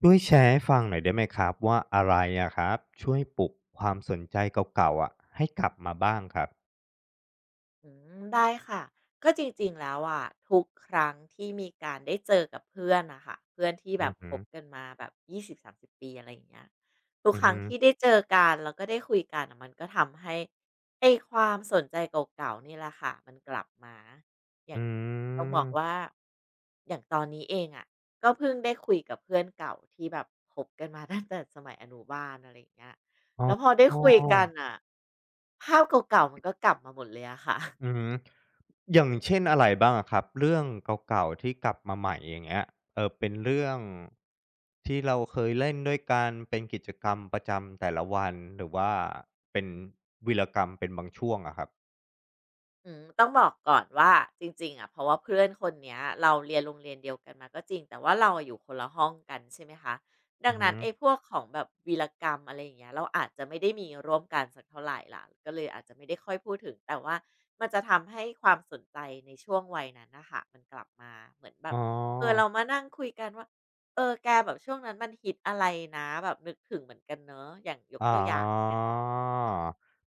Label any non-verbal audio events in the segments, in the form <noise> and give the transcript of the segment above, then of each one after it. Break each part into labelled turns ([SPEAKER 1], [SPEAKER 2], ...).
[SPEAKER 1] ช่วยแชร์ให้ฟังหน่อยได้ไหมครับว่าอะไรอะครับช่วยปลุกความสนใจเก่าๆอะให้กลับมาบ้างครับ
[SPEAKER 2] อืมได้ค่ะก็จริงๆแล้วอะทุกครั้งที่มีการได้เจอกับเพื่อนนะคะเพื่อนที่แบ
[SPEAKER 1] อื
[SPEAKER 2] บ
[SPEAKER 1] อ
[SPEAKER 2] ค
[SPEAKER 1] ฮึ
[SPEAKER 2] บกันมาแบบยี่สิบสามสิบปีอะไรอย่างเงี้ยทุก
[SPEAKER 1] อื
[SPEAKER 2] ค
[SPEAKER 1] อ
[SPEAKER 2] รั้ง
[SPEAKER 1] ฮึ
[SPEAKER 2] ที่ได้เจอกันแล้วก็ได้คุยกันอะมันก็ทำให้ไอความสนใจเก่าๆนี่แหละค่ะมันกลับมาอย่าง
[SPEAKER 1] อื
[SPEAKER 2] ต้องบอ
[SPEAKER 1] ม
[SPEAKER 2] กว่าอย่างตอนนี้เองอะก็เพิ่งได้คุยกับเพื่อนเก่าที่แบบคบกันมา <laughs> ตั้งแต่สมัยอนุบาลอะไรอย่างเงี้ย
[SPEAKER 1] อ๋อ
[SPEAKER 2] แล้วพอได้คุยกันอ่ะภาพเก่าๆมันก็กลับมาหมดเลยอะค่ะ
[SPEAKER 1] อืมอย่างเช่นอะไรบ้างอะครับเรื่องเก่าๆที่กลับมาใหม่อย่างเงี้ยเออเป็นเรื่องที่เราเคยเล่นด้วยกันเป็นกิจกรรมประจำแต่ละวันหรือว่าเป็นวีรกรรมเป็นบางช่วงอะครับ
[SPEAKER 2] อืมต้องบอกก่อนว่าจริงๆอะเพราะว่าเพื่อนคนเนี้ยเราเรียนโรงเรียนเดียวกันมาก็จริงแต่ว่าเราอะอยู่คนละห้องกันใช่ไหมคะดั
[SPEAKER 1] อื
[SPEAKER 2] ง
[SPEAKER 1] อฮึ
[SPEAKER 2] นั้นไอ้พวกของแบบวีรกรรมอะไรอย่างเงี้ยเราอาจจะไม่ได้มีร่วมกันสักเท่าไหรล่ะก็เลยอาจจะไม่ได้ค่อยพูดถึงแต่ว่ามันจะทำให้ความสนใจในช่วงวัยนั้นนะคะมันกลับมาเหมือนแบ
[SPEAKER 1] อ๋
[SPEAKER 2] บเออเรา
[SPEAKER 1] อ
[SPEAKER 2] มานั่งคุยกันว่าเออแกแบบช่วงนั้นมันฮิตอะไรนะแบบนึกถึงเหมือนกันเนอะอย่างยก
[SPEAKER 1] อ๋อ
[SPEAKER 2] ตัวอย่าง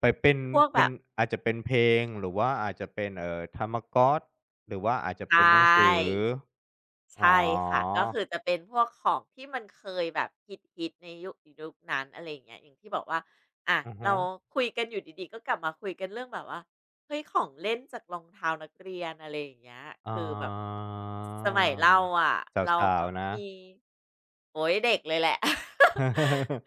[SPEAKER 1] ไปเป็น
[SPEAKER 2] พวกแบ
[SPEAKER 1] เป็น
[SPEAKER 2] บ
[SPEAKER 1] อาจจะเป็นเพลงหรือว่าอาจจะเป็นธรรมก๊อสหรือว่าอาจจะ
[SPEAKER 2] ใช่
[SPEAKER 1] เป็นหนังสืออ๋อ
[SPEAKER 2] ใช่ค่ะก็คือจะเป็นพวกของที่มันเคยแบบฮิตๆในยุคนั้นอะไรอย่างเงี้ยอย่างที่บอกว่าอะ
[SPEAKER 1] อะ
[SPEAKER 2] เรา
[SPEAKER 1] ฮะ
[SPEAKER 2] คุยกันอยู่ดีๆก็กลับมาคุยกันเรื่องแบบว่าเฮ้ยของเล่นจากรองเท้านักเรียนอะไรอย่างเงี้ย
[SPEAKER 1] อ๋อ
[SPEAKER 2] คือแบบสมัยเราอะ
[SPEAKER 1] ส
[SPEAKER 2] เรา
[SPEAKER 1] า
[SPEAKER 2] แบ
[SPEAKER 1] ว
[SPEAKER 2] บ
[SPEAKER 1] ๆนะ
[SPEAKER 2] มีโอ้ยเด็กเลยแหละ <laughs>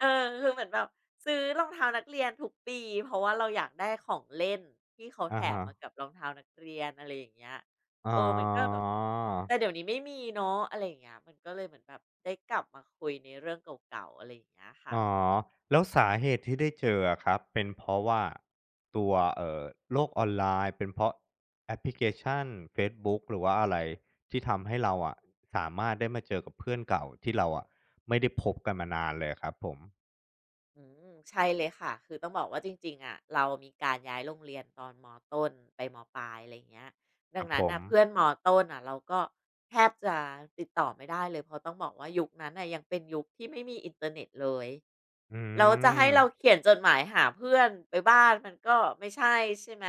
[SPEAKER 2] เอ อคือเหมือนแบบซื้อรองเท้านักเรียนทุกปีเพราะว่าเราอยากได้ของเล่นที่เขาแถ
[SPEAKER 1] อะ
[SPEAKER 2] ม
[SPEAKER 1] ฮะ
[SPEAKER 2] มากับรองเท้านักเรียนอะไรอย่างเงี้ย
[SPEAKER 1] อ๋อ
[SPEAKER 2] เออมันก็แบบ แต่เดี๋ยวนี้ไม่มีเนาะอะไรอย่างเงี้ยมันก็เลยเหมือนแบบได้กลับมาคุยในเรื่องเก่าๆ อะไรอย่างเงี้ยค่ะ
[SPEAKER 1] อ๋อแล้วสาเหตุที่ได้เจออะครับเป็นเพราะว่าตัวโลกออนไลน์เป็นเพราะแอปพลิเคชันเฟซบุ๊กหรือว่าอะไรที่ทำให้เราอะสามารถได้มาเจอกับเพื่อนเก่าที่เราอะไม่ได้พบกันมานานเลยอะครับผม
[SPEAKER 2] อืมใช่เลยค่ะ คือต้องบอกว่าจริงๆอะเรามีการย้ายโรงเรียนตอนมต้นไปมปลายอะไรเงี้ย
[SPEAKER 1] ค
[SPEAKER 2] ดัง
[SPEAKER 1] รับผ
[SPEAKER 2] นั้น
[SPEAKER 1] ม
[SPEAKER 2] น่ะเพื่อนมต้นน่ะเราก็แทบจะติดต่อไม่ได้เลยเพราะต้องบอกว่ายุคนั้นน่ะยังเป็นยุคที่ไม่มีอินเทอร์เน็ตเลย
[SPEAKER 1] อื
[SPEAKER 2] แล้วจะให้เรา
[SPEAKER 1] ม
[SPEAKER 2] เขียนจดหมายหาเพื่อนไปบ้านมันก็ไม่ใช่ใช่ไหม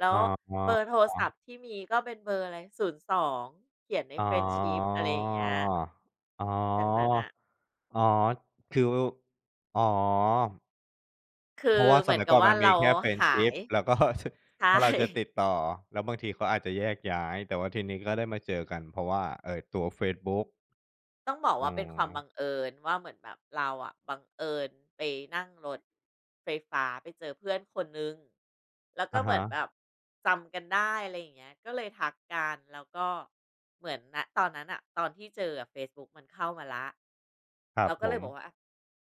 [SPEAKER 2] แล้
[SPEAKER 1] อ๋
[SPEAKER 2] ว
[SPEAKER 1] อ
[SPEAKER 2] เบอร์โทร
[SPEAKER 1] อ๋อ
[SPEAKER 2] ศัพท์ที่มีก็เป็นเบอร์อะไร02เขียนใน
[SPEAKER 1] อ๋อ
[SPEAKER 2] เฟ i e n d s h i อะไรอย่างเงี้ย
[SPEAKER 1] อ๋
[SPEAKER 2] ดังนั้นน่ะ
[SPEAKER 1] อคืออ๋อ
[SPEAKER 2] คื
[SPEAKER 1] เพ
[SPEAKER 2] อ
[SPEAKER 1] ราะว่า
[SPEAKER 2] เห
[SPEAKER 1] ส
[SPEAKER 2] มือน
[SPEAKER 1] มัย
[SPEAKER 2] กั
[SPEAKER 1] ก่
[SPEAKER 2] บ
[SPEAKER 1] อน
[SPEAKER 2] ว่า
[SPEAKER 1] มันมี
[SPEAKER 2] เรา
[SPEAKER 1] แค่
[SPEAKER 2] หาย
[SPEAKER 1] friendship แล้วก็ <laughs>
[SPEAKER 2] ใช่ <laughs>
[SPEAKER 1] ถ้าเราจะติดต่อแล้วบางทีเขาอาจจะแยกย้ายแต่ว่าทีนี้ก็ได้มาเจอกันเพราะว่าตัวเฟซบุ๊ก
[SPEAKER 2] ต้องบอก
[SPEAKER 1] อื
[SPEAKER 2] ว่าเป็นความบัง
[SPEAKER 1] ม
[SPEAKER 2] เอิญว่าเหมือนแบบเราอะบังเอิญไปนั่งรถไฟฟ้าไปเจอเพื่อนคนนึงแล้วก็
[SPEAKER 1] อะ
[SPEAKER 2] เหมือนแบ
[SPEAKER 1] ฮะ
[SPEAKER 2] บจำกันได้อะไรอย่างเงี้ยก็เลยทักกันแล้วก็เหมือนนะตอนนั้นอะตอนที่เจออะเฟซบุ๊กมันเข้ามาละ
[SPEAKER 1] ครั
[SPEAKER 2] เรา
[SPEAKER 1] บ
[SPEAKER 2] ก็
[SPEAKER 1] ผ
[SPEAKER 2] เลย
[SPEAKER 1] ม
[SPEAKER 2] บอกว่าอะ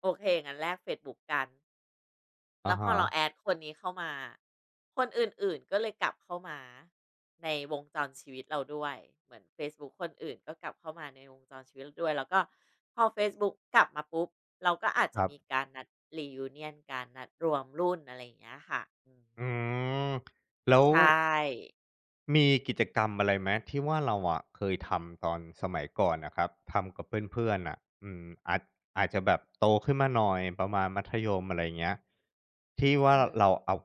[SPEAKER 2] โอเคงั้นแลกเฟซบุ๊กกัน แล้
[SPEAKER 1] อะ
[SPEAKER 2] วพอเราแอ
[SPEAKER 1] ฮะ
[SPEAKER 2] ดคนนี้เข้ามา คนอื่นๆก็เลยกลับเข้ามาในวงจรชีวิตเราด้วย เหมือนเฟซบุ๊กคนอื่นก็กลับเข้ามาในวงจรชีวิตเราด้วย แล้วก็พอเฟซบุ๊กกลับมาปุ๊บ เราก็อาจ
[SPEAKER 1] ค
[SPEAKER 2] จะ
[SPEAKER 1] รั
[SPEAKER 2] มี
[SPEAKER 1] บ
[SPEAKER 2] การนัด reunion การนัดรวมรุ่นอะไรอย่างเงี้ยค่ะอืม
[SPEAKER 1] อืมแล้ว
[SPEAKER 2] ใช่
[SPEAKER 1] มีกิจกรรมอะไรไหมที่ว่าเราอะเคยทำตอนสมัยก่อนนะครับทำกับเพื่อนๆอ่ะอืมอาจอาจจะแบบโตขึ้นมาหน่อยประมาณมัธยมอะไรเงี้ยที่ว่า
[SPEAKER 2] อื
[SPEAKER 1] เรา
[SPEAKER 2] ม
[SPEAKER 1] เอา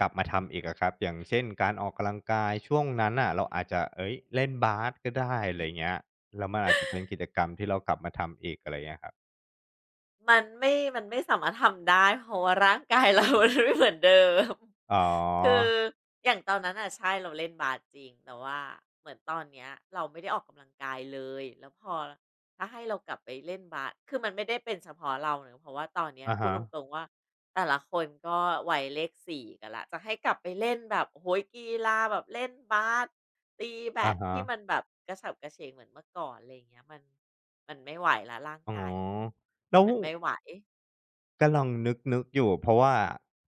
[SPEAKER 1] กลับมาทำอีกอะครับอย่างเช่นการออกกำลังกายช่วงนั้นอ่ะเราอาจจะเอ้ยเล่นบาสก็ได้อะไรเงี้ยแล้วมันอาจจะเป็นกิจกรรมที่เรากลับมาทำอีกอะไรเงี้ยครับ
[SPEAKER 2] มันไม่สามารถทำได้เพราะว่าร่างกายเรามันไม่เหมือนเดิม
[SPEAKER 1] อ๋อ
[SPEAKER 2] <laughs> คืออย่างตอนนั้นน่ะใช่เราเล่นบาสจริงแต่ว่าเหมือนตอนเนี้ยเราไม่ได้ออกกำลังกายเลยแล้วพอถ้าให้เรากลับไปเล่นบาสคือมันไม่ได้เป็นเฉพาะเราเนอะเพราะว่าตอนเนี้ย
[SPEAKER 1] อา
[SPEAKER 2] พูด
[SPEAKER 1] ฮะ
[SPEAKER 2] ตรงๆว่าแต่ละคนก็วัยเลขสี่กันแล้วจะให้กลับไปเล่นแบบโอ้โฮกีฬาแบบเล่นบาสตีแบ
[SPEAKER 1] อ่า
[SPEAKER 2] ด
[SPEAKER 1] ฮะ
[SPEAKER 2] ที่มันแบบกระฉับกระเฉงเหมือนเมื่อก่อนอะไรอย่างเงี้ยมันมันไม่ไหวแล้วร่าง
[SPEAKER 1] อ๋อ
[SPEAKER 2] กายมัน
[SPEAKER 1] แล้ว
[SPEAKER 2] มันไม่ไหว
[SPEAKER 1] ก็ลองนึกๆอยู่เพราะว่า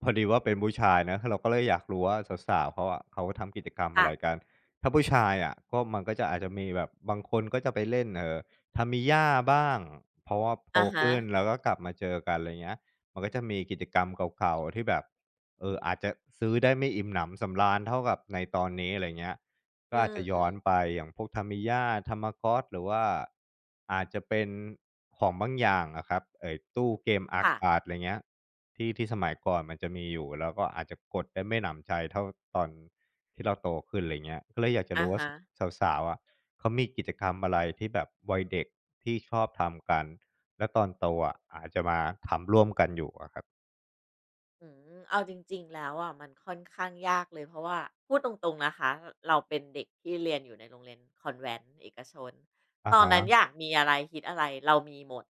[SPEAKER 1] พอดีว่าเป็นผู้ชายนะเราก็เลยอยากรู้ว่าสาวๆเขาอะเขาทำกิจกรรมอะ
[SPEAKER 2] ค่ะ
[SPEAKER 1] ไรกันถ้าผู้ชายอะก็มันก็จะอาจจะมีแบบบางคนก็จะไปเล่นTamiya บ้างเพราะว่าโต
[SPEAKER 2] อะฮะ
[SPEAKER 1] ขึ้นแล้วก็กลับมาเจอกันอะไรเงี้ยมันก็จะมีกิจกรรมเก่าๆที่แบบเอออาจจะซื้อได้ไม่อิ่มหนำสำราญเท่ากับในตอนนี้อะไรเงี้ย ก็
[SPEAKER 2] อื
[SPEAKER 1] อาจจะย้อ
[SPEAKER 2] ม
[SPEAKER 1] นไป
[SPEAKER 2] ๆ
[SPEAKER 1] อย่างพวกท a m i ย a t a ม a g อส c หรือว่าอาจจะเป็นของบางอย่างอะครับไอ้ตู้เกมอาร์ค
[SPEAKER 2] ค่ะ
[SPEAKER 1] าดอะไรเงี้ยที่ที่สมัยก่อนมันจะมีอยู่แล้วก็อาจจะกดได้ไม่หนำใจเท่าตอนที่เราโตขึ้นไรเงี้ยก็เลยอยากจะ
[SPEAKER 2] อะ
[SPEAKER 1] รู้ว่า
[SPEAKER 2] ฮะ
[SPEAKER 1] สสาวๆอะเขามีกิจกรรมอะไรที่แบบวัยเด็กที่ชอบทำกันแล้วตอนโตอะอาจจะมาทำร่วมกันอยู่อะครับ
[SPEAKER 2] อืมเอาจริงๆแล้วอะมันค่อนข้างยากเลยเพราะว่าพูดตรงๆนะคะรเราเป็นเด็กที่เรียนอยู่ในโรงเรียนคอนแวนต์เอกชน
[SPEAKER 1] อ
[SPEAKER 2] ตอนนั้นอยา
[SPEAKER 1] ฮะ
[SPEAKER 2] กมีอะไรคิดอะไรเรามีหมด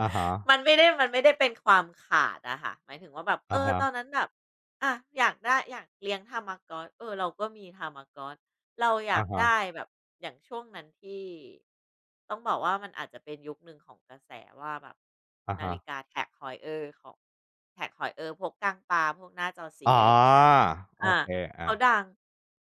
[SPEAKER 1] อะฮะ
[SPEAKER 2] มันไม่ได้เป็นความขาดอะค่ะหมายถึงว่าแบบเอ
[SPEAKER 1] อะ
[SPEAKER 2] อ
[SPEAKER 1] ฮะ
[SPEAKER 2] ตอนนั้นแบบอะอยากได้อยากเลี้ยงทามากอสเออเราก็มีทามากอสเราอยา
[SPEAKER 1] อะ
[SPEAKER 2] ก
[SPEAKER 1] ฮะ
[SPEAKER 2] ได้แบบอย่างช่วงนั้นที่ต้องบอกว่ามันอาจจะเป็นยุคหนึ่งของกระแสว่าแบบ
[SPEAKER 1] อะ
[SPEAKER 2] นา
[SPEAKER 1] ฮะอะฮะ
[SPEAKER 2] ฬิกา Tag Heuer ของ Tag Heuer พวกก้างปลาพวกหน้าจอสี
[SPEAKER 1] อ๋อ
[SPEAKER 2] อะไรอย่างเงี้ย
[SPEAKER 1] โอ
[SPEAKER 2] อ่า
[SPEAKER 1] เค
[SPEAKER 2] เขา
[SPEAKER 1] อา
[SPEAKER 2] ดัง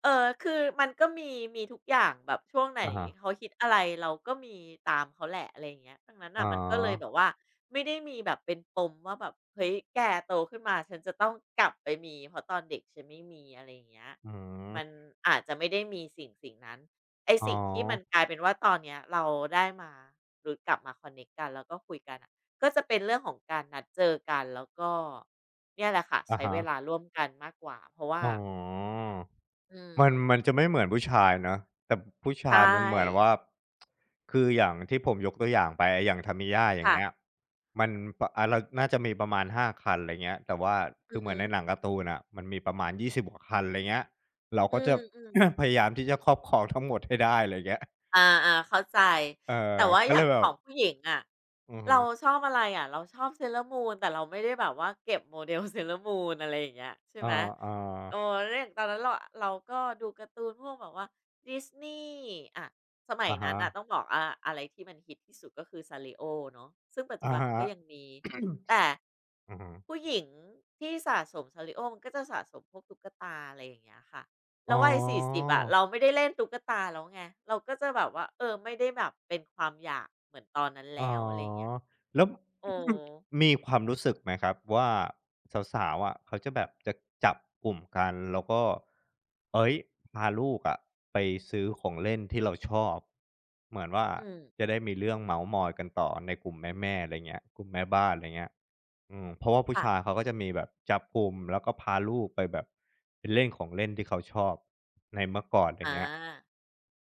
[SPEAKER 2] คือมันก็มีทุกอย่างแบบช่วงไหน
[SPEAKER 1] อะฮะ
[SPEAKER 2] เขาฮิตอะไรเราก็มีตามเขาแหละอะไรอย่างเงี้ยดังนั้น
[SPEAKER 1] อ๋อ
[SPEAKER 2] น่ะมันก็เลยแบบว่าไม่ได้มีแบบเป็นปมว่าแบบเฮ้ยแกโตขึ้นมาฉันจะต้องกลับไปมีเพราะตอนเด็กฉันไม่มีอะไรอย่างเงี้ย
[SPEAKER 1] อื
[SPEAKER 2] มัน
[SPEAKER 1] ม
[SPEAKER 2] อาจจะไม่ได้มีสิ่งนั้นไอ้
[SPEAKER 1] อ๋อ
[SPEAKER 2] สิ่งที่มันกลายเป็นว่าตอนเนี้ยเราได้มาหรือกลับมาคอนเน็กต์กันแล้วก็คุยกันอะ ก็จะเป็นเรื่องของการนัดเจอกันแล้วก็เนี่ยแหละค่ะ
[SPEAKER 1] อะ
[SPEAKER 2] ใช้
[SPEAKER 1] ฮะ
[SPEAKER 2] เวลาร่วมกันมากกว่าเพราะว่า
[SPEAKER 1] อ๋อ
[SPEAKER 2] อืม
[SPEAKER 1] มันมันจะไม่เหมือนผู้ชายเนาะแต่ผู้ชาย
[SPEAKER 2] ใช่
[SPEAKER 1] มันเหมือนว่า คืออย่างที่ผมยกตัวอย่างไปไอ้อย่าง Tamiya อย่าง
[SPEAKER 2] ค่ะ
[SPEAKER 1] เงี้ยมันปอ่าเราน่าจะมีประมาณ5คันไรเงี้ยแต่ว่า
[SPEAKER 2] อื
[SPEAKER 1] คือ
[SPEAKER 2] อ
[SPEAKER 1] เหมือ
[SPEAKER 2] ฮึ
[SPEAKER 1] นในหนังการ์ตูนอะมันมีประมาณ20กว่าคันไรเงี้ยเรา
[SPEAKER 2] อื
[SPEAKER 1] ก็จะ
[SPEAKER 2] มๆ
[SPEAKER 1] <coughs> พยายามที่จะครอบครองทั้งหมดให้ได้ไรเงี้ย
[SPEAKER 2] อ่าอ่าเข้าใจ
[SPEAKER 1] เออ
[SPEAKER 2] แต่ว่า
[SPEAKER 1] ก็
[SPEAKER 2] อ
[SPEAKER 1] เล
[SPEAKER 2] ย่า
[SPEAKER 1] ย
[SPEAKER 2] ง
[SPEAKER 1] แบ
[SPEAKER 2] ข
[SPEAKER 1] บ
[SPEAKER 2] องผู้หญิงอะ
[SPEAKER 1] อือฮึ
[SPEAKER 2] เราชอบอะไรอ่ะเราชอบ Sailor Moon แต่เราไม่ได้แบบว่าเก็บโมเดล <laughs> Sailor Moon อร์มูนอะไรอย่างเงี้ยใช่
[SPEAKER 1] อ
[SPEAKER 2] ไหม
[SPEAKER 1] อๆ
[SPEAKER 2] โอ้เรื่องตอนนั้นเราก็ดูการ์ตูนพวกแบบว่า Disney อะสมัย
[SPEAKER 1] อะ
[SPEAKER 2] นั้น
[SPEAKER 1] ฮะ
[SPEAKER 2] อ่ะต้องบอกอาอะไรที่มันฮิตที่สุดก็คือ s a ร r i o เนาะซึ่งปัจจุ
[SPEAKER 1] อะ
[SPEAKER 2] บันมัน
[SPEAKER 1] ฮะ
[SPEAKER 2] ก็ยังมีแต่
[SPEAKER 1] อือฮึ
[SPEAKER 2] ผู้หญิงที่สะสม s a ร r i o มันก็จะสะสมพวกตุ๊กตาอะไรอย่างเงี้ยค่ะ
[SPEAKER 1] อ๋
[SPEAKER 2] แล้
[SPEAKER 1] อ
[SPEAKER 2] ววัย40อะเราไม่ได้เล่นตุ๊กตาแล้วไงเราก็จะแบบว่าเออไม่ได้แบบเป็นความอยากเหมือนตอนนั้น
[SPEAKER 1] อ๋อ
[SPEAKER 2] แล้วอะไรอย่างเงี้ย
[SPEAKER 1] แล้ว
[SPEAKER 2] เออ
[SPEAKER 1] มีความรู้สึกไหมครับว่าสาวๆอะเขาจะแบบจะจับกลุ่มกันแล้วก็เฮ้ยพาลูกอะไปซื้อของเล่นที่เราชอบเหมือนว่า
[SPEAKER 2] อืม
[SPEAKER 1] จะได้มีเรื่องเมาท์มอยกันต่อในกลุ่มแม่ๆอะไรเงี้ยกลุ่มแม่บ้านอะไรเงี้ยอืมเพราะว่าผู้ชาย
[SPEAKER 2] ค่ะ
[SPEAKER 1] เขาก็จะมีแบบจับกลุ่มแล้วก็พาลูกไปแบบไปเล่นของเล่นที่เขาชอบในเมื่อก่อนอย่าง
[SPEAKER 2] อา
[SPEAKER 1] เงี้ย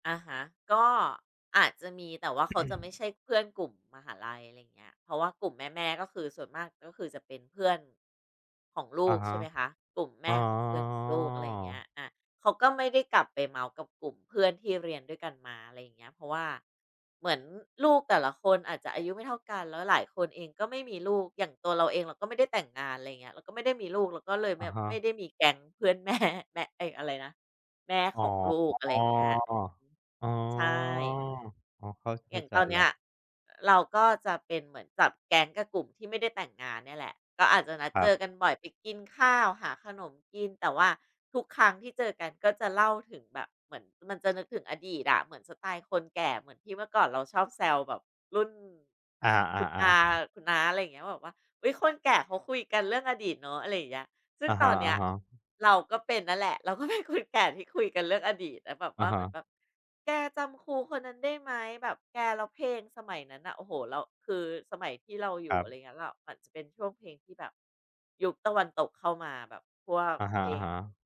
[SPEAKER 2] อ่ะฮะก็อาจจะมีแต่ว่าเขาจะไม่ใช่เพื่อนกลุ่มมหาลัยอะไรอย่างเงี้ยเพราะว่ากลุ่มแม่ๆก็คือส่วนมากก็คือจะเป็นเพื่อนของลู
[SPEAKER 1] อะ
[SPEAKER 2] ก
[SPEAKER 1] ฮะ
[SPEAKER 2] ใช่ไหมคะกลุ่ม
[SPEAKER 1] อ๋
[SPEAKER 2] แม่
[SPEAKER 1] อ
[SPEAKER 2] ของเพื่อนของลูกอะไรอย่างเงี้ยอาเขาก็ไม่ได้กลับไปเมากับกลุ่มเพื่อนที่เรียนด้วยกันมาอะไรอย่างเงี้ยเพราะว่าเหมือนลูกแต่ละคนอาจจะอายุไม่เท่ากันแล้วหลายคนเองก็ไม่มีลูกอย่างตัวเราเองเราก็ไม่ได้แต่งงานอะไรเงี้ยเราก็ไม่ได้มีลูกเราก็เลยไม่
[SPEAKER 1] อะฮะ
[SPEAKER 2] ไม่ได้มีแก๊งเพื่อนแม่แม่เอยอะไรนะแม่
[SPEAKER 1] อ๋
[SPEAKER 2] ข
[SPEAKER 1] อ
[SPEAKER 2] องลูกอะ
[SPEAKER 1] อ๋
[SPEAKER 2] ไรอย่างเงี้ย
[SPEAKER 1] ออ๋อ
[SPEAKER 2] ใช่
[SPEAKER 1] เข้า
[SPEAKER 2] อ
[SPEAKER 1] เข้า
[SPEAKER 2] ย่าง
[SPEAKER 1] ใจ
[SPEAKER 2] ตอนเนี้
[SPEAKER 1] แล้
[SPEAKER 2] ย
[SPEAKER 1] ว
[SPEAKER 2] เราก็จะเป็นเหมือนจับแก๊งกับกลุ่มที่ไม่ได้แต่งงานเนี่ยแหละก็อาจจะนัด
[SPEAKER 1] ค
[SPEAKER 2] เจ
[SPEAKER 1] รั
[SPEAKER 2] อกัน
[SPEAKER 1] บ
[SPEAKER 2] บ่อยไปกินข้าวหาขนมกินแต่ว่าทุกครั้งที่เจอกันก็จะเล่าถึงแบบเหมือนมันจะนึกถึงอดีตอะเหมือนสไตล์คนแก่เหมือนที่เมื่อก่อนเราชอบแซวแบบรุ่น
[SPEAKER 1] อ
[SPEAKER 2] คุณ
[SPEAKER 1] า
[SPEAKER 2] อา
[SPEAKER 1] ๆ
[SPEAKER 2] คุณน้าอะไรอย่างเงี้ยแบบว่าอุ๊ยคนแก่เขาคุยกันเรื่องอดีตเนาะอะไรอย่างเงี้ย ซึ่
[SPEAKER 1] ๆ
[SPEAKER 2] ง
[SPEAKER 1] อะ
[SPEAKER 2] ตอนเนี้ย
[SPEAKER 1] ฮะๆ
[SPEAKER 2] เราก็เป็นนั่นแหละเราก็เป็นคนแก่ที่คุยกันเรื่องอดีตแล้วแบบ
[SPEAKER 1] อะ
[SPEAKER 2] ว่าเหมื
[SPEAKER 1] ฮะ
[SPEAKER 2] อนแบบแกจำครูคนนั้นได้ไหมแบบแกเราเพลงสมัยนั้นนะโอ้โหเราคือสมัยที่เราอ
[SPEAKER 1] ค
[SPEAKER 2] ยู่
[SPEAKER 1] รั
[SPEAKER 2] อะไร
[SPEAKER 1] บ
[SPEAKER 2] เงี้ยเรามันจะเป็นช่วงเพลงที่แบบยุคตะวันตกเข้ามาแบบพวก
[SPEAKER 1] อะ
[SPEAKER 2] เพ
[SPEAKER 1] ฮะ
[SPEAKER 2] ลง
[SPEAKER 1] ๆ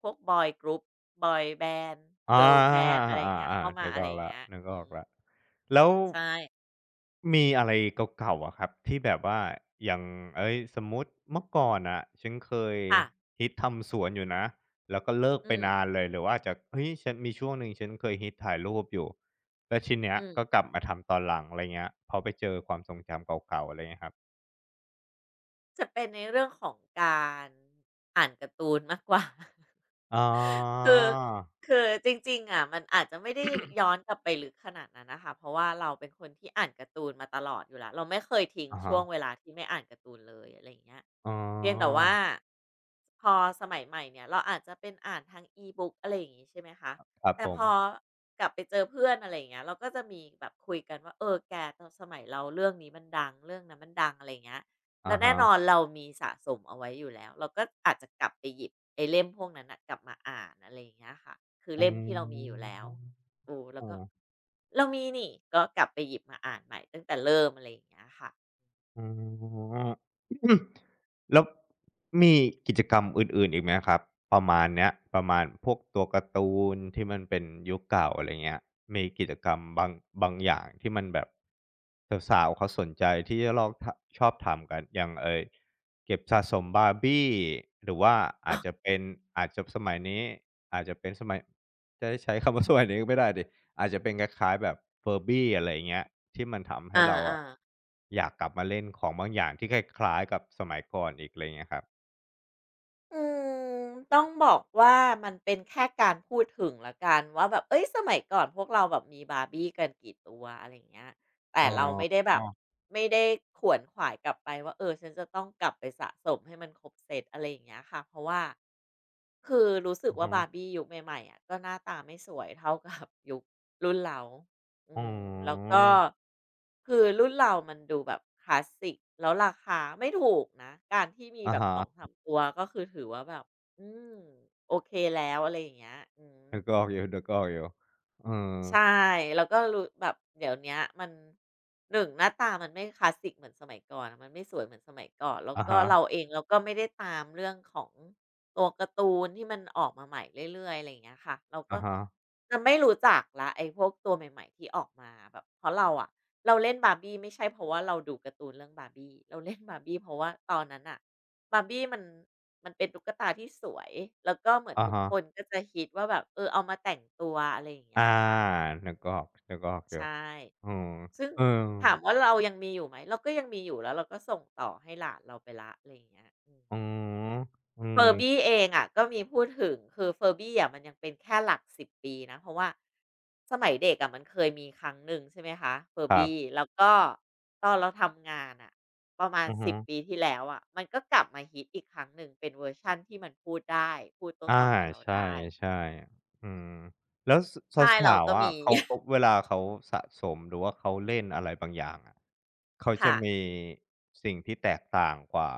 [SPEAKER 2] พวกบอยกรุ๊ปบอยแบนด์
[SPEAKER 1] อา
[SPEAKER 2] เกิร์ลแบนด์อะไรอ
[SPEAKER 1] อ
[SPEAKER 2] ย่างเงี้ย
[SPEAKER 1] า
[SPEAKER 2] เข้า
[SPEAKER 1] ๆๆ
[SPEAKER 2] มา
[SPEAKER 1] นึก
[SPEAKER 2] อะ
[SPEAKER 1] อ
[SPEAKER 2] ไร
[SPEAKER 1] อ
[SPEAKER 2] อ
[SPEAKER 1] ก
[SPEAKER 2] ย่าง
[SPEAKER 1] แล้ว
[SPEAKER 2] เงี้ย
[SPEAKER 1] นึก
[SPEAKER 2] อื
[SPEAKER 1] ออก
[SPEAKER 2] ม
[SPEAKER 1] แล้วแล้ว
[SPEAKER 2] ใช่
[SPEAKER 1] มีอะไรเก่าๆอะครับที่แบบว่าอย่างเฮ้ยสมมุติเมื่อก่อนน่ะฉันเคย
[SPEAKER 2] ค่ะ
[SPEAKER 1] ฮิตทำสวนอยู่นะแล้วก็เลิก
[SPEAKER 2] อื
[SPEAKER 1] ไปนานเลยหรือว่าอาจจะเฮ้ยฉันมีช่วงหนึ่งฉันเคยฮิตถ่ายรูปอยู่แล้วทีเนี้
[SPEAKER 2] ม
[SPEAKER 1] ยก็กลับ
[SPEAKER 2] ๆ
[SPEAKER 1] มาทำตอนหลังอะไรเงี้ยพอไปเจอความทรงจำเก่าๆอะไรเงี้ยครับ
[SPEAKER 2] จะเป็นในเรื่องของการอ่านการ์ตูนมากกว่า
[SPEAKER 1] อ๋อ
[SPEAKER 2] <laughs> คือคือจริงๆอะมันอาจจะไม่ได้ย้อนกลับไปลึกขนาดนั้นนะคะเพราะว่าเราเป็นคนที่อ่านการ์ตูนมาตลอดอยู่แล้วเราไม่เคยทิ้ง
[SPEAKER 1] อะ
[SPEAKER 2] ช่
[SPEAKER 1] ฮะ
[SPEAKER 2] วงเวลาที่ไม่อ่านการ์ตูนเลยอะไรอย่างเงี้ย
[SPEAKER 1] อ๋อ
[SPEAKER 2] เพียงแต่ว่าพอสมัยใหม่เนี่ยเราอาจจะเป็นอ่านทาง E-book อะไรอย่างงี้ใช่ไหมคะ
[SPEAKER 1] ครับ
[SPEAKER 2] แต่
[SPEAKER 1] ผ
[SPEAKER 2] พอ
[SPEAKER 1] ม
[SPEAKER 2] กลับไปเจอเพื่อนอะไรอย่างเงี้ยเราก็จะมีแบบคุยกันว่าเออแกตอนสมัยเราเรื่องนี้มันดังเรื่องนั้นมันดังอะไรอย่างเงี้ย แล้
[SPEAKER 1] อะ
[SPEAKER 2] วแน่
[SPEAKER 1] ฮะ
[SPEAKER 2] นอนเรามีสะสมเอาไว้อยู่แล้วเราก็อาจจะกลับไปหยิบไอ้เล่มพวกนั้นนะกลับมาอ่านอะไรอย่างเงี้ยค่ะคือ
[SPEAKER 1] อ
[SPEAKER 2] เล่มที่เรามี
[SPEAKER 1] ื
[SPEAKER 2] อยู่แล้วเออแล้วก็
[SPEAKER 1] ม
[SPEAKER 2] เรามีนี่ก็กลับไปหยิบมาอ่านใหม่ตั้งแต่เริ่มอะไรอย่างเงี้ยค่ะ
[SPEAKER 1] อ๋อ <coughs> แล้วมีกิจกรรมอื่นๆอีกไหมครับประมาณเนี้ยประมาณพวกตัวการ์ตูนที่มันเป็นยุคเก่าอะไรเงี้ยมีกิจกรรมบางบางอย่างที่มันแบบสาวๆเขาสนใจที่จะลอกทะชอบทำกันอย่างเออเก็บสะสมบาร์บี้หรือว่าอาจจะเป็นอาจจะสมัยนี้อาจจะเป็นสมัยจะใช้คำว่า <laughs> สมัยนี้ก็ไม่ได้ดิ อาจจะเป็นคล้ายๆแบบเฟอร u บี้อะไรเงี้ยที่มันทำให้
[SPEAKER 2] อา
[SPEAKER 1] เรา
[SPEAKER 2] อ่า
[SPEAKER 1] อะอยากกลับมาเล่นของบางอย่างที่คล้ายๆกับสมัยก่อนอีกอะไรเงี้ยครับ
[SPEAKER 2] อืมต้องบอกว่ามันเป็นแค่การพูดถึงแล้วกันว่าแบบเอ้ยสมัยก่อนพวกเราแบบมีบาร์บี้กันกี่ตัวอะไรอย่างเงี้ยแต่
[SPEAKER 1] อ๋อ
[SPEAKER 2] เราไม่ได้แบบไม่ได้ขวนขวายกลับไปว่าเออฉันจะต้องกลับไปสะสมให้มันครบเซตอะไรอย่างเงี้ยค่ะเพราะว่าคือรู้สึก
[SPEAKER 1] อือ
[SPEAKER 2] ว่า
[SPEAKER 1] ฮึ
[SPEAKER 2] บาร์บี้ยุคใหม่ๆอะก็หน้าตาไม่สวยเท่ากับยุครุ่นเรา อื
[SPEAKER 1] อ๋
[SPEAKER 2] มแล้ว
[SPEAKER 1] อ
[SPEAKER 2] ก็คือรุ่นเรามันดูแบบคลาสสิกแล้วราคาไม่ถูกนะการที่มี
[SPEAKER 1] อะ
[SPEAKER 2] แบบ
[SPEAKER 1] ฮะ
[SPEAKER 2] สองสามตัวก็คือถือว่าแบบอืมโอเคแล้วอะไรอย่างเงี้ยอืม
[SPEAKER 1] นึกออกอยู่นึกออกอยู่เออ
[SPEAKER 2] ใช่แล้วก็รู้แบบเดี๋ยวเนี้ยมันหนึ่งหน้าตามันไม่คลาสสิกเหมือนสมัยก่อนอะมันไม่สวยเหมือนสมัยก่อนแล้ว
[SPEAKER 1] อะ
[SPEAKER 2] ก็เรา
[SPEAKER 1] ฮะ
[SPEAKER 2] เองเราก็ไม่ได้ตามเรื่องของตัวการ์ตูนที่มันออกมาใหม่เรื่อยๆอะไรอย่างเงี้ยค่ะเรา
[SPEAKER 1] ๆ
[SPEAKER 2] ก็
[SPEAKER 1] อะฮ
[SPEAKER 2] จะไม่รู้จักแล้วไอ้พวกตัวใหม่ๆที่ออกมาแบบเพราะเราอะเราเล่น b a ์ b ี้ไม่ใช่เพราะว่าเราดูการ์ตูนเรื่อง b a ์ b ี้เราเล่น b a ์บี้เพราะว่าตอนนั้นอะบา a ์ b ี้มันเป็นตุ๊กตาที่สวยแล้วก็เหมือนทุกค
[SPEAKER 1] ะ
[SPEAKER 2] นก็จะฮิตว่าแบบเออเอามาแต่งตัวอะไรอย่างเงี้
[SPEAKER 1] อา
[SPEAKER 2] ยค่ะ
[SPEAKER 1] นึกออกนึกออกอยู่
[SPEAKER 2] ใช่
[SPEAKER 1] อืม
[SPEAKER 2] ซึ่ง
[SPEAKER 1] เออ
[SPEAKER 2] ถามว่าเรายังมีอยู่ไหมเราก็ยังมีอยู่แล้วเราก็ส่งต่อให้หลานเราไปละอะไรอย่างเงี้ยอืม
[SPEAKER 1] อืมอื
[SPEAKER 2] เฟ
[SPEAKER 1] ม
[SPEAKER 2] อร์ r ี้เองอะก็มีพูดถึงคือเฟอร์ r ี้อะมันยังเป็นแค่หลักสิบปีนะเพราะว่าสมัยเด็กอะมันเคยมีครั้งหนึ่งใช่ไหมคะเฟอ
[SPEAKER 1] ค
[SPEAKER 2] ร์
[SPEAKER 1] รับ
[SPEAKER 2] r ี้แล้วก็ตอนเราทำงานอะประมาณ
[SPEAKER 1] อือ
[SPEAKER 2] สิ
[SPEAKER 1] ฮึ
[SPEAKER 2] บปีที่แล้วอะมันก็กลับมาฮิตอีกครั้งหนึ่งเป็นเวอร์ชันที่มันพูดได้พูดโต้ต
[SPEAKER 1] อา
[SPEAKER 2] อบกับเรา
[SPEAKER 1] ใช
[SPEAKER 2] ได้
[SPEAKER 1] ่ๆอืมแล้วส
[SPEAKER 2] ใช่เรา
[SPEAKER 1] สาว
[SPEAKER 2] ก็
[SPEAKER 1] ๆอะ
[SPEAKER 2] มี
[SPEAKER 1] เขาเขาเวลาเขาสะสมหรือว่าเขาเล่นอะไรบางอย่างอะเขา
[SPEAKER 2] <laughs>
[SPEAKER 1] จะ
[SPEAKER 2] ค่ะ
[SPEAKER 1] มีสิ่งที่แตกต่างกว่า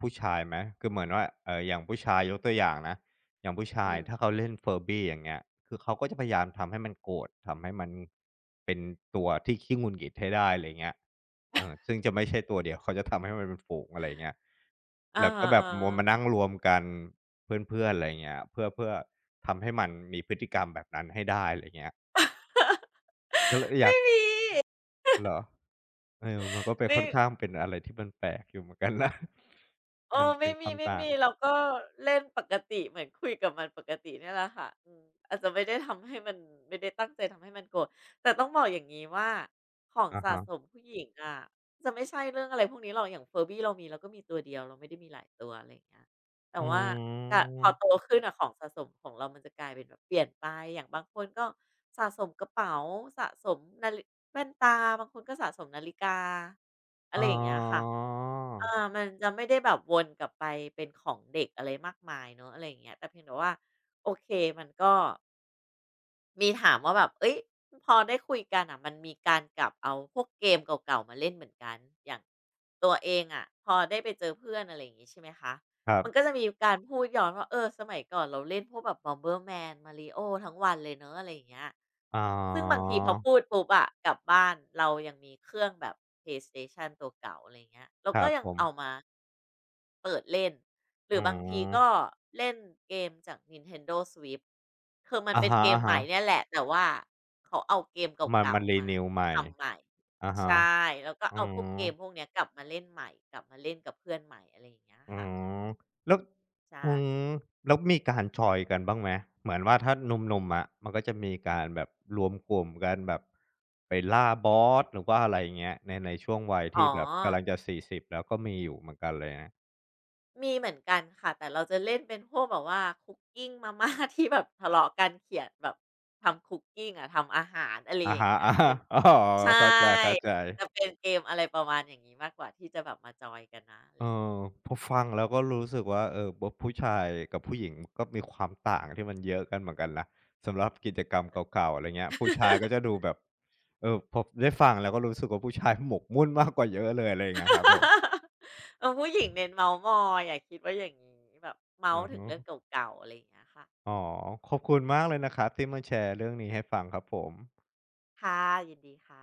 [SPEAKER 1] ผู้ชายไหมคือเหมือนว่าอย่างผู้ชายยกตัวอย่างนะ อย่างผู้
[SPEAKER 2] อื
[SPEAKER 1] ชาย
[SPEAKER 2] ม
[SPEAKER 1] ถ้าเขาเล่น Furby อร์บี้อย่างเงี้ยคือเขาก็จะพยายามทำให้มันโกรธทำให้มันเป็นตัวที่ขี้หงุดหงิดให้ได้อะไรเงี้ยเออซึ่งจะไม่ใช่ตัวเดียวเขาจะทำให้มันเป็นฝูงอะไรเงี้ย
[SPEAKER 2] อา
[SPEAKER 1] แล้วก็แบบ
[SPEAKER 2] อ่า
[SPEAKER 1] มวลมานั่งรวมกันเพื่อนๆอะไรเงี้ยเพื่อทำให้มันมีพฤติกรรมแบบนั้นให้ได้อะไรเงี้ยก็เลยอยากเหรอเออมันก็เป็น
[SPEAKER 2] ไม่
[SPEAKER 1] ค่อนข้างเป็นอะไรที่มันแปลกอยู่เหมือนกันนะ <laughs>
[SPEAKER 2] เออ
[SPEAKER 1] มันเป็
[SPEAKER 2] ไม่
[SPEAKER 1] นค
[SPEAKER 2] มี
[SPEAKER 1] วาม
[SPEAKER 2] ไม่
[SPEAKER 1] ต่า
[SPEAKER 2] มี
[SPEAKER 1] ง
[SPEAKER 2] เราก็เล่นปกติเหมือนคุยกับมันปกติเนี่ยแหละค่ะอืมอาจจะไม่ได้ตั้งใจทำให้มันโกรธแต่ต้องบอกอย่างงี้ว่าของ
[SPEAKER 1] อะ
[SPEAKER 2] สะ
[SPEAKER 1] ฮะ
[SPEAKER 2] สมผู้หญิงอะจะไม่ใช่เรื่องอะไรพวกนี้หรอกอย่าง Furby เราก็มีตัวเดียวเราไม่ได้มีหลายตัวอะไรอย่างเงี้ยแต่
[SPEAKER 1] อื
[SPEAKER 2] ว่ากะพอโต
[SPEAKER 1] ม
[SPEAKER 2] ขึ้นอะของสะสมของเรามันจะกลายเป็นแบบเปลี่ยนไปอย่างบางคนก็สะสมกระเป๋าสะสมนาฬิแว่นตาบางคนก็สะสมนาฬิกาอะ
[SPEAKER 1] อ๋
[SPEAKER 2] ไร
[SPEAKER 1] อ
[SPEAKER 2] อย่างเงี้ยค่ะ อ่ามันจะไม่ได้แบบวนกลับไปเป็นของเด็กอะไรมากมายเนอะอะไรอย่างเงี้ยแต่เพียงแต่ว่าโอเคมันก็ มีถามว่าแบบเอ้ยพอได้คุยกันอ่ะมันมีการกลับเอาพวกเกมเก่าๆมาเล่นเหมือนกันอย่างตัวเองอะพอได้ไปเจอเพื่อนอะไรอย่างงี้ใช่ไหมคะ
[SPEAKER 1] ครับ
[SPEAKER 2] มันก็จะมีการพูดย้อนว่าเออสมัยก่อนเราเล่นพวกแบบ Bomberman Mario ทั้งวันเลยเนาะอะไรอย่างเงี้ย
[SPEAKER 1] อ๋อ
[SPEAKER 2] ซึ่งบางทีพอพูดปุ๊บอะกลับบ้านเรายังมีเครื่องแบบ PlayStation ตัวเก่าอะไรอย่างเงี้ยเรา
[SPEAKER 1] ค
[SPEAKER 2] ก็
[SPEAKER 1] รับ
[SPEAKER 2] ยัง
[SPEAKER 1] ผม
[SPEAKER 2] เอามาเปิดเล่น หรื
[SPEAKER 1] อื
[SPEAKER 2] อบางทีก็
[SPEAKER 1] ม
[SPEAKER 2] เล่นเกมจาก Nintendo Switch คือมัน
[SPEAKER 1] อะ
[SPEAKER 2] เป็น
[SPEAKER 1] ฮะ
[SPEAKER 2] เกมใหม่เนี่ยแหละแต่ว่าเขาเอาเกม
[SPEAKER 1] ๆมัน
[SPEAKER 2] เก่า
[SPEAKER 1] มัน
[SPEAKER 2] ๆมา
[SPEAKER 1] renew ใหม่
[SPEAKER 2] ทำใหม่
[SPEAKER 1] อะ
[SPEAKER 2] ใช
[SPEAKER 1] ฮะ
[SPEAKER 2] ่แล้วก็
[SPEAKER 1] อื
[SPEAKER 2] เอาพวก
[SPEAKER 1] ม
[SPEAKER 2] เกมพวกเนี้ยกลับมาเล่นใหม่กลับมาเล่นกับเพื่อนใหม่อะไรอย่างเงี้ย
[SPEAKER 1] อื
[SPEAKER 2] ค่ะ
[SPEAKER 1] มแล้ว
[SPEAKER 2] ใช่
[SPEAKER 1] อืมแล้วมีการจอยน์กันบ้างไหมเหมือนว่าถ้าหนุ่มๆอะมันก็จะมีการแบบรวมกลุ่มกันแบบไปล่าบอสหรือว่าอะไรอย่างเงี้ยในช่วงวัย
[SPEAKER 2] อ๋อ
[SPEAKER 1] ที่แบบกำลังจะสี่สิ0แล้วก็มีอยู่เหมือนกันเลยนะ
[SPEAKER 2] มีเหมือนกันค่ะแต่เราจะเล่นเป็นพวกแบบว่า cooking มาม่าที่แบบทะเลาะกันเขียนแบบทำ cooking อะทำอาหารอะไร
[SPEAKER 1] อะ
[SPEAKER 2] อย่าง
[SPEAKER 1] ฮะ
[SPEAKER 2] เงี้ยเป็น
[SPEAKER 1] <laughs> ๆอ๋อ
[SPEAKER 2] ใช่
[SPEAKER 1] เข้าใจ
[SPEAKER 2] จะ
[SPEAKER 1] ๆ
[SPEAKER 2] เป็นเกมอะไรประมาณอย่างงี้มากกว่าที่จะแบบมาจอยกันนะอะไร
[SPEAKER 1] เออพอฟังแล้วก็รู้สึกว่าเออบผู้ชายกับผู้หญิงก็มีความต่างที่มันเยอะกันเหมือนกันนะสำหรับกิจกรรมเก่าๆอะไรเงี้ยผู้ชายก็จะดู
[SPEAKER 2] <laughs>
[SPEAKER 1] แบบเออพอได้ฟังแล้วก็รู้สึกว่าผู้ชายหมกมุ่นมากกว่าเยอะเลยอะไรอย่างเงี้ยครับผม
[SPEAKER 2] เออผู้หญิงเน้นเมาท์มอยอะคิดว่าอย่างนี้แบบเมา
[SPEAKER 1] อื
[SPEAKER 2] ท์
[SPEAKER 1] อ
[SPEAKER 2] ถึง
[SPEAKER 1] ฮึ
[SPEAKER 2] เรื่องเก่าๆอะไรอย่างเงี้ยค่ะ
[SPEAKER 1] อ๋อขอบคุณมากเลยนะครับที่มาแชร์เรื่องนี้ให้ฟังครับผม
[SPEAKER 2] ค่ะยินดีค่ะ